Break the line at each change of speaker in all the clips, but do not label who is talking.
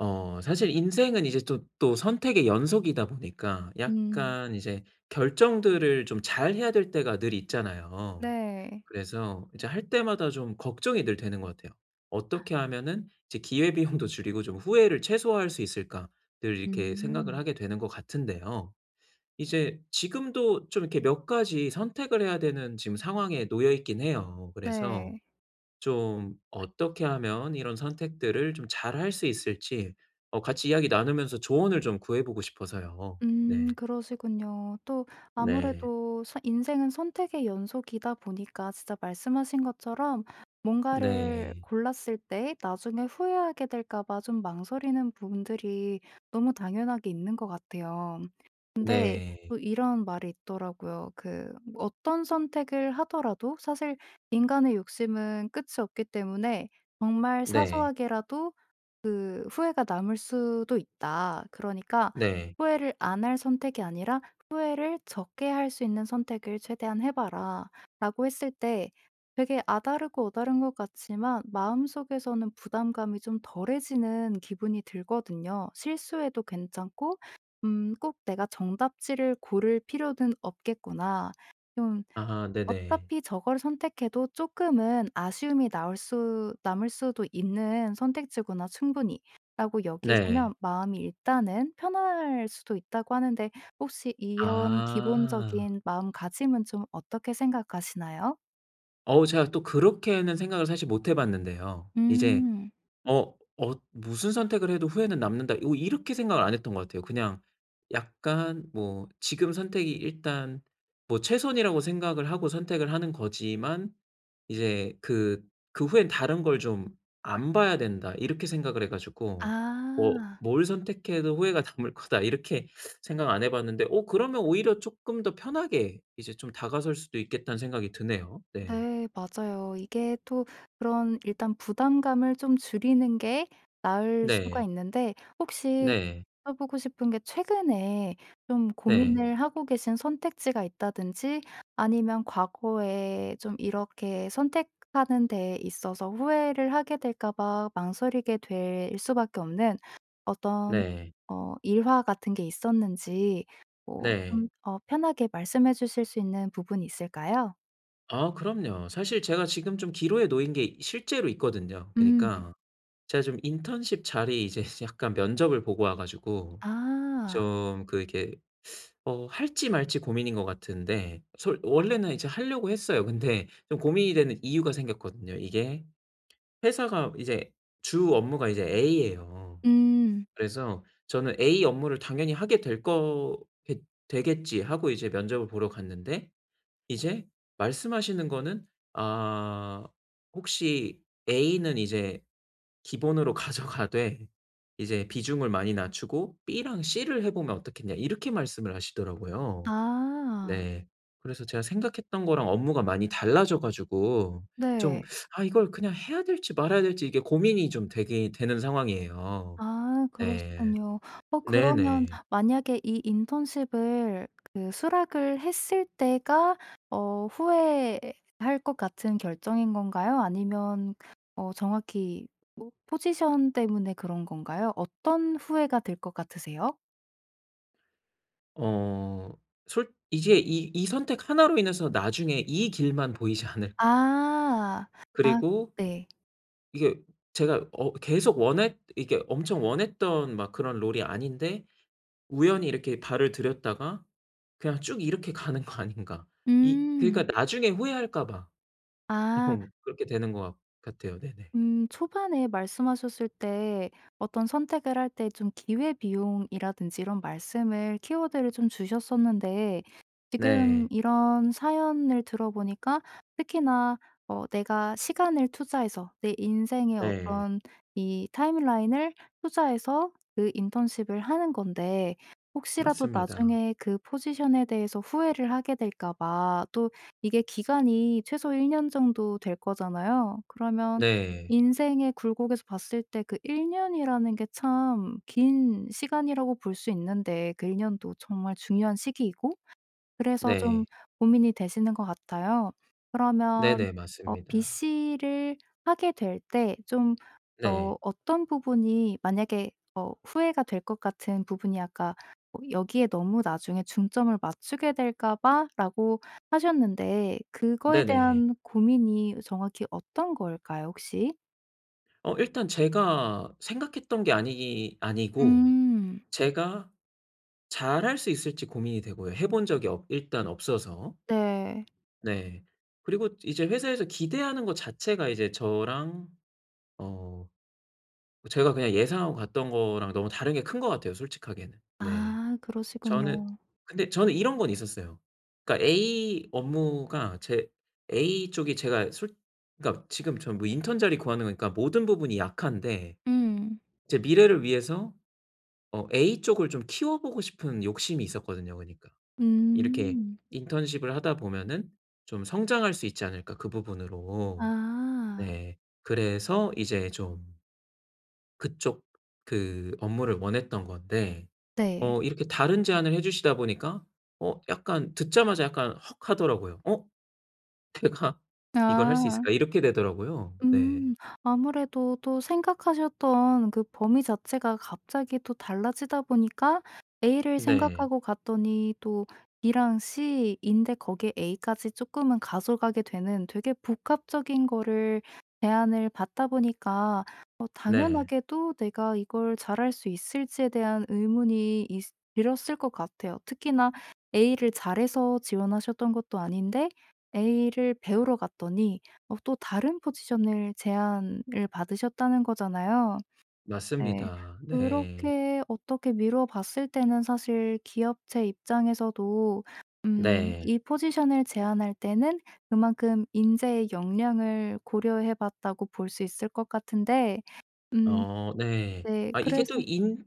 사실 인생은 이제 또 선택의 연속이다 보니까
음.
약간 이제 결정들을 좀 잘해야 될 때가 늘 있잖아요.
네.
그래서 이제 할 때마다 좀 걱정이 늘 되는 것 같아요. '어떻게 하면은 이제 기회비용도 줄이고 좀 후회를 최소화할 수 있을까?' 늘 이렇게 생각을
음.
하게 되는 것 같은데요. 이제 지금도 좀 이렇게 몇 가지 선택을 해야 되는 지금 상황에 놓여 있긴 해요. 그래서
네.
좀 어떻게 하면 이런 선택들을 좀 잘 할 수 있을지 같이 이야기 나누면서 조언을 좀 구해 보고 싶어서요.
음,
네.
그러시군요. 또
네.
아무래도 서 인생은 선택의 연속이다 보니까 진짜 말씀하신 것처럼 뭔가를
네.
골랐을 때 나중에 후회하게 될까 봐 좀 망설이는 부분들이 너무 당연하게 있는 것 같아요. 근데
네.
또 이런 말이 있더라고요. 그 어떤 선택을 하더라도 사실 인간의 욕심은 끝이 없기 때문에 정말
네.
사소하게라도 그 후회가 남을 수도 있다. 그러니까
네.
후회를 안 할 선택이 아니라 후회를 적게 할 수 있는 선택을 최대한 해봐라라고 했을 때 되게 아다르고 어다른 것 같지만 마음속에서는 부담감이 좀 덜해지는 기분이 들거든요. 실수해도 괜찮고 '꼭 내가 정답지를 고를 필요는 없겠구나. 좀
아 네네.
어차피 저걸 선택해도 조금은 아쉬움이 나올 수 남을 수도 있는 선택지구나 충분히.'라고 여기시면
네.
마음이 일단은 편할 수도 있다고 하는데 혹시 이런
아.
기본적인 마음가짐은 좀 어떻게 생각하시나요?
어우 제가 또 그렇게는 생각을 사실 못해 봤는데요. 이제
음.
'무슨 선택을 해도 후회는 남는다.' 요 이렇게 생각을 안 했던 것 같아요. 그냥 약간 뭐 지금 선택이 일단 뭐 최선이라고 생각을 하고 선택을 하는 거지만 이제 그 '그 후엔 다른 걸 좀 안 봐야 된다.' 이렇게 생각을 해 가지고 뭐
아.
'뭘 선택해도 후회가 남을 거다.' 이렇게 생각 안 해 봤는데 어 그러면 오히려 조금 더 편하게 이제 좀 다가설 수도 있겠다는 생각이 드네요. 네.
네, 맞아요. 이게 또 그런 일단 부담감을 좀 줄이는 게 나을 수가
네.
있는데, 혹시
네.
여쭤보고 싶은 게 최근에 좀 음
네.
고민을 하고 계신 선택지가 있다든지, 아니면 과거에 좀 이렇게 선택하는 데 있어서 후회를 하게 될까 봐 망설이게 될 수밖에 없는 어떤,
네.
일화 같은 게 있었는지 뭐 좀,
네.
편하게 말씀해 주실 수 있는 부분이 있을까요?
아 그럼요. 사실 제가 지금 좀 기로에 놓인 게 실제로 있거든요.
음.
그니까 러 제가 좀 인턴십 자리 이제 약간 면접을 보고 와 가지고
아.
좀 그 이게 할지 말지 고민인 것 같은데 솔 원래는 이제 하려고 했어요. 근데 좀 고민이 되는 이유가 생겼거든요. 이게 회사가 이제 주 업무가 이제 A예요.
음.
그래서 저는 'A 업무를 당연히 하게 될 거 되겠지.' 하고 이제 면접을 보러 갔는데 이제 말씀하시는 거는 아 혹시 A는 이제 기본으로 가져가되 이제 비중을 많이 낮추고 B랑 C를 해 보면 어떻겠냐 이렇게 말씀을 하시더라고요.
아.
네. 그래서 제가 생각했던 거랑 업무가 많이 달라져 가지고 좀
네.
'아 이걸 그냥 해야 될지 말아야 될지.' 이게 고민이 좀 되게 되는 상황이에요.
아,
네.
그러시군요. 그러면
네네.
만약에 이 인턴십을 그 수락을 했을 때가 후회할 것 같은 결정인 건가요? 아니면 정확히 뭐 포지션 때문에 그런 건가요? 어떤 후회가 될 것 같으세요?
어 솔 이제 이 선택 하나로 인해서 나중에 이 길만 보이지 않을까.
아. 아.
그리고
네.
이게 제가 어 계속 원했 이게 엄청 원했던 막 그런 롤이 아닌데 우연히 이렇게 발을 들였다가 그냥 쭉 이렇게 가는 거 아닌가. 이
음.
그러니까 나중에 후회할까 봐
아.
좀 그렇게 되는 것 같 같아요. 네네.
음, 초반에 말씀하셨을 때 어떤 선택을 할 때 좀 기회 비용이라든지 이런 말씀을 키워드를 좀 주셨었는데 지금
네.
이런 사연을 들어보니까 특히나 내가 시간을 투자해서 내 인생의
네.
어떤 이 타임라인을 투자해서 그 인턴십을 하는 건데 혹시라도
맞습니다.
나중에 그 포지션에 대해서 후회를 하게 될까 봐, 또 이게 기간이 최소 1년 정도 될 거잖아요. 그러면
네.
인생의 굴곡에서 봤을 때 그 1 년이라는 게 참 긴 시간이라고 볼 수 있는데, 그 1 년도 정말 중요한 시기이고 그래서 좀
네.
고민이 되시는 것 같아요. 그러면
네네. 맞습니다.
BC를 하게 될 때 좀
네.
어떤 부분이 만약에 후회가 될 것 같은 부분이, 아까 뭐 "여기에 너무 나중에 중점을 맞추게 될까 봐."라고 하셨는데 그거에
네네.
대한 고민이 정확히 어떤 걸까요, 혹시?
일단 제가 생각했던 게 아니 아니고
음.
제가 잘할 수 있을지 고민이 되고요. 해본 적이 없 일단 없어서.
네.
네. 그리고 이제 회사에서 기대하는 것 자체가 이제 저랑 어 제가 그냥 예상하고 갔던 거랑 너무 다른 게 큰 것 같아요 솔직하게는. 네.
아, 그러시군요.
저는 근데 저는 이런 건 있었어요. 그러니까 A 업무가 제 A 쪽이 제가 솔 그러니까 지금 전 뭐 인턴 자리 구하는 거니까 모든 부분이 약한데
음.
제 미래를 위해서 A 쪽을 좀 키워 보고 싶은 욕심이 있었거든요 그니까. 이렇게
음.
인턴십을 하다 보면은 좀 성장할 수 있지 않을까 그 부분으로.
아.
네. 그래서 이제 좀 그쪽 그 업무를 원했던 건데
네.
이렇게 다른 제안을 해 주시다 보니까 약간 듣자마자 약간 헉 하더라고요. '어 내가 이걸 할 수
아.
있을까?' 이렇게 되더라고요.
음.
네.
아무래도 또 생각하셨던 그 범위 자체가 갑자기 또 달라지다 보니까 A를
네.
생각하고 갔더니 또 B랑 C인데, 거기에 A까지 조금은 가져가게 되는, 되게 복합적인 거를 제안을 받다 보니까 어
네.
당연하게도 내가 이걸 잘할 수 있을지에 대한 의문이 있 들었을 것 같아요. 특히나 A를 잘해서 지원하셨던 것도 아닌데 A를 배우러 갔더니 또 다른 포지션을 제안을 받으셨다는 거잖아요. 네.
맞습니다. 네.
그렇게 어떻게 미루어 봤을 때는 사실 기업체 입장에서도
네.
이 포지션을 제안할 때는 그만큼 인재의 역량을 고려해 봤다고 볼 수 있을 것 같은데, 음
어 네.
네
아 이게
그래서,
또 인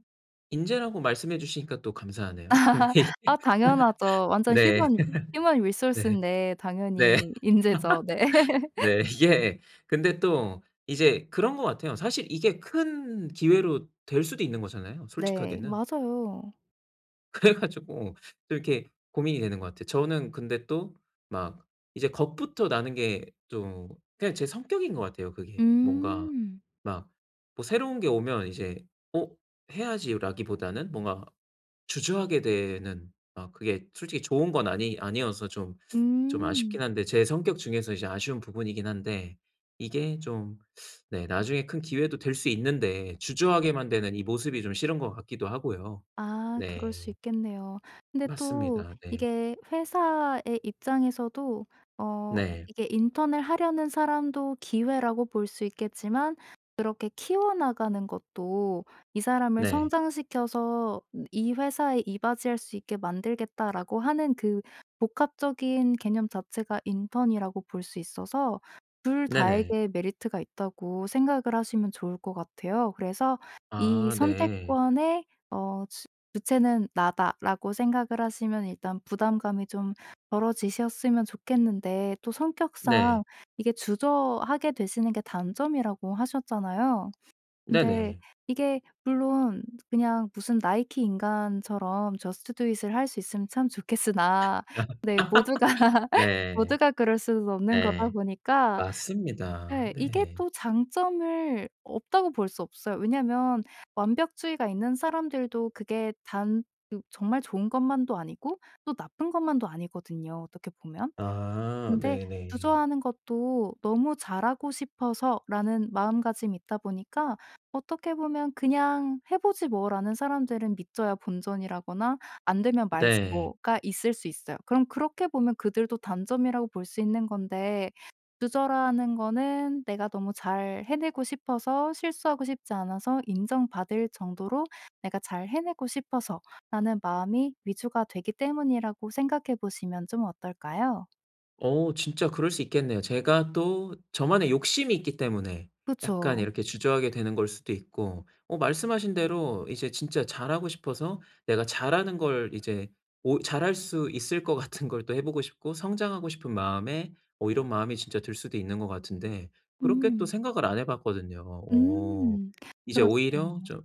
인재라고 말씀해 주시니까 또 감사하네요. 근데 이게
아 당연하죠. 완전
네.
휴먼
네.
리소스인데
네.
당연히 인재죠. 네.
네. 이게 근데 또 이제 그런 것 같아요. 사실 이게 큰 기회로 될 수도 있는 거잖아요
네,
솔직하게는.
맞아요.
그래 가지고 좀 이렇게 고민이 되는 것 같아요. 저는 근데 또 막 이제 겁부터 나는 게 좀 그냥 제 성격인 것 같아요 그게. 뭔가
음.
막 뭐 새로운 게 오면 이제 '어 해야지.'라기보다는 뭔가 주저하게 되는 막 그게 솔직히 좋은 건 아니 아니어서 좀 좀 아쉽긴
음.
한데 제 성격 중에서 이제 아쉬운 부분이긴 한데 이게 좀 네 나중에 큰 기회도 될 수 있는데 주저하게만 되는 이 모습이 좀 싫은 것 같기도 하고요.
아, 그럴 수
네.
있겠네요. 근데 또
맞습니다. 네.
이게 회사의 입장에서도, 어
네.
이게 인턴을 하려는 사람도 기회라고 볼 수 있겠지만 그렇게 키워나가는 것도 '이 사람을
네.
성장시켜서 이 회사에 이바지할 수 있게 만들겠다.'라고 하는 그 복합적인 개념 자체가 인턴이라고 볼 수 있어서 둘
네네.
다에게 메리트가 있다고 생각을 하시면 좋을 것 같아요. 그래서 이
아 네.
선택권에 어 '주체는 나다.'라고 생각을 하시면 일단 부담감이 좀 덜어지셨으면 좋겠는데, 또 성격상
네.
이게 주저하게 되시는 게 단점이라고 하셨잖아요. 근데
네네.
이게 물론 그냥 무슨 나이키 인간처럼 저스트 두 잇을 할 수 있으면 참 좋겠으나, 네 모두가
네.
모두가 그럴 수는 없는 거다
네.
보니까.
맞습니다.
네, 이게
네.
또 장점을 없다고 볼 수 없어요. 왜냐면 완벽주의가 있는 사람들도 그게 단 그 정말 좋은 것만도 아니고 또 나쁜 것만도 아니거든요, 어떻게 보면.
아
근데
네네.
주저하는 것도 '너무 잘하고 싶어서.'라는 마음가짐이 있다 보니까, 어떻게 보면 '그냥 해 보지 뭐.'라는 사람들은 "믿져야 본전이라거나 "안 되면 말지
네.
뭐."가 있을 수 있어요. 그럼 그렇게 보면 그들도 단점이라고 볼 수 있는 건데, 주저라는 거는 내가 너무 잘 해내고 싶어서, 실수하고 싶지 않아서, 인정받을 정도로 '내가 잘 해내고 싶어서.'라는 마음이 위주가 되기 때문이라고 생각해 보시면 좀 어떨까요?
진짜 그럴 수 있겠네요. 제가 또 저만의 욕심이 있기 때문에 약간
그쵸.
이렇게 주저하게 되는 걸 수도 있고 말씀하신 대로 이제 진짜 잘하고 싶어서 내가 잘하는 걸 이제 오 잘할 수 있을 것 같은 걸 또 해 보고 싶고 성장하고 싶은 마음에 이런 마음이 진짜 들 수도 있는 것 같은데 그렇게 또
음.
생각을 안 해 봤거든요. 어.
음.
이제 오히려
그러시군요.
좀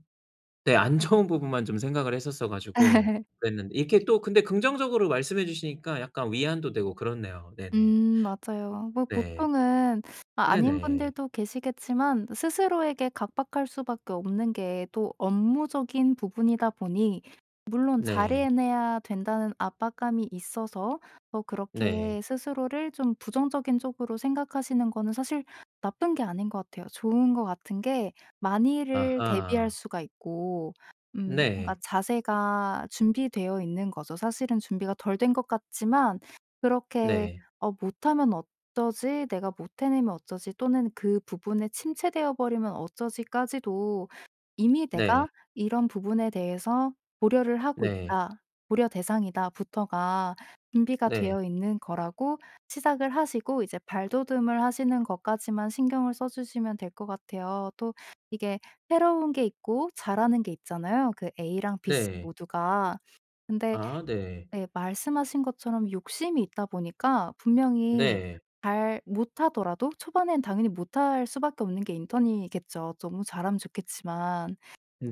네 안 좋은 부분만 좀 생각을 했었어 가지고 그랬는데 이렇게 또 근데 긍정적으로 말씀해 주시니까 약간 위안도 되고 그렇네요. 네네.
음, 맞아요. 뭐
네.
보통은, 아닌
네네.
분들도 계시겠지만, 스스로에게 각박할 수밖에 없는 게 또 업무적인 부분이다 보니, 물론
네.
잘해내야 된다는 압박감이 있어서 더
네.
그렇게 스스로를 좀 부정적인 쪽으로 생각하시는 거는 사실 나쁜 게 아닌 것 같아요. 좋은 것 같은 게 많이를 대비할
아하.
수가 있고 뭔가
네.
자세가 준비되어 있는 거죠. 사실은 준비가 덜 된 것 같지만 그렇게
네.
'어 못하면 어쩌지? 내가 못 해내면 어쩌지? 또는 그 부분에 침체되어 버리면 어쩌지?'까지도 이미 내가
네.
이런 부분에 대해서 고려를 하고
네.
있다. 고려 대상이다부터가 준비가
네.
되어 있는 거라고 시작을 하시고 이제 발돋움을 하시는 것까지만 신경을 써 주시면 될 것 같아요. 또 이게 새로운 게 있고 잘하는 게 있잖아요, 그 A랑 B씨
네.
모두가. 근데
아 네.
네. 말씀하신 것처럼 욕심이 있다 보니까 분명히
네.
잘 못하더라도 초반엔 당연히 못할 수밖에 없는 게 인턴이겠죠. 너무 잘하면 좋겠지만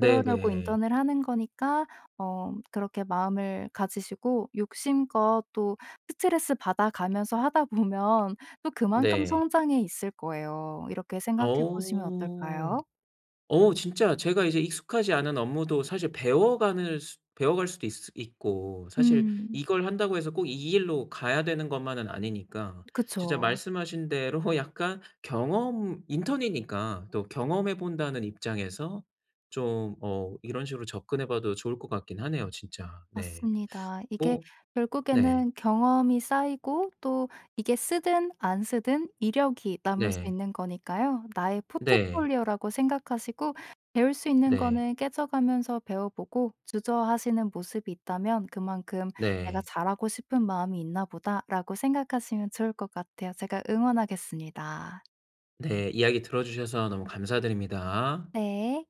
그러려고 인턴을 하는 거니까 그렇게 마음을 가지시고 욕심껏 또 스트레스 받아가면서 하다 보면 또 그만큼
네. 네.
성장해 있을 거예요. 이렇게 생각해 보시면 어떨까요?
어. 진짜 제가 이제 익숙하지 않은 업무도 사실 배워가는 수 배워갈 수도 있 있고 사실
음.
이걸 한다고 해서 꼭 이 일로 가야 되는 것만은 아니니까 진짜
그쵸.
말씀하신 대로 약간 경험 인턴이니까 또 경험해 본다는 입장에서 좀 이런 식으로 접근해 봐도 좋을 것 같긴 하네요 진짜. 네.
맞습니다. 이게
뭐 네.
결국에는 경험이 쌓이고 또 이게 쓰든 안 쓰든 이력이 남을 수
네.
있는 거니까요. 나의
네.
포트폴리오라고 생각하시고 배울 수 있는
네.
거는 깨져가면서 배워보고, 주저하시는 모습이 있다면 그만큼 '내가
네.
잘하고 싶은 마음이 있나 보다.'라고 생각하시면 좋을 것 같아요. 제가 응원하겠습니다.
네. 이야기 들어 주셔서 너무 감사드립니다.
네.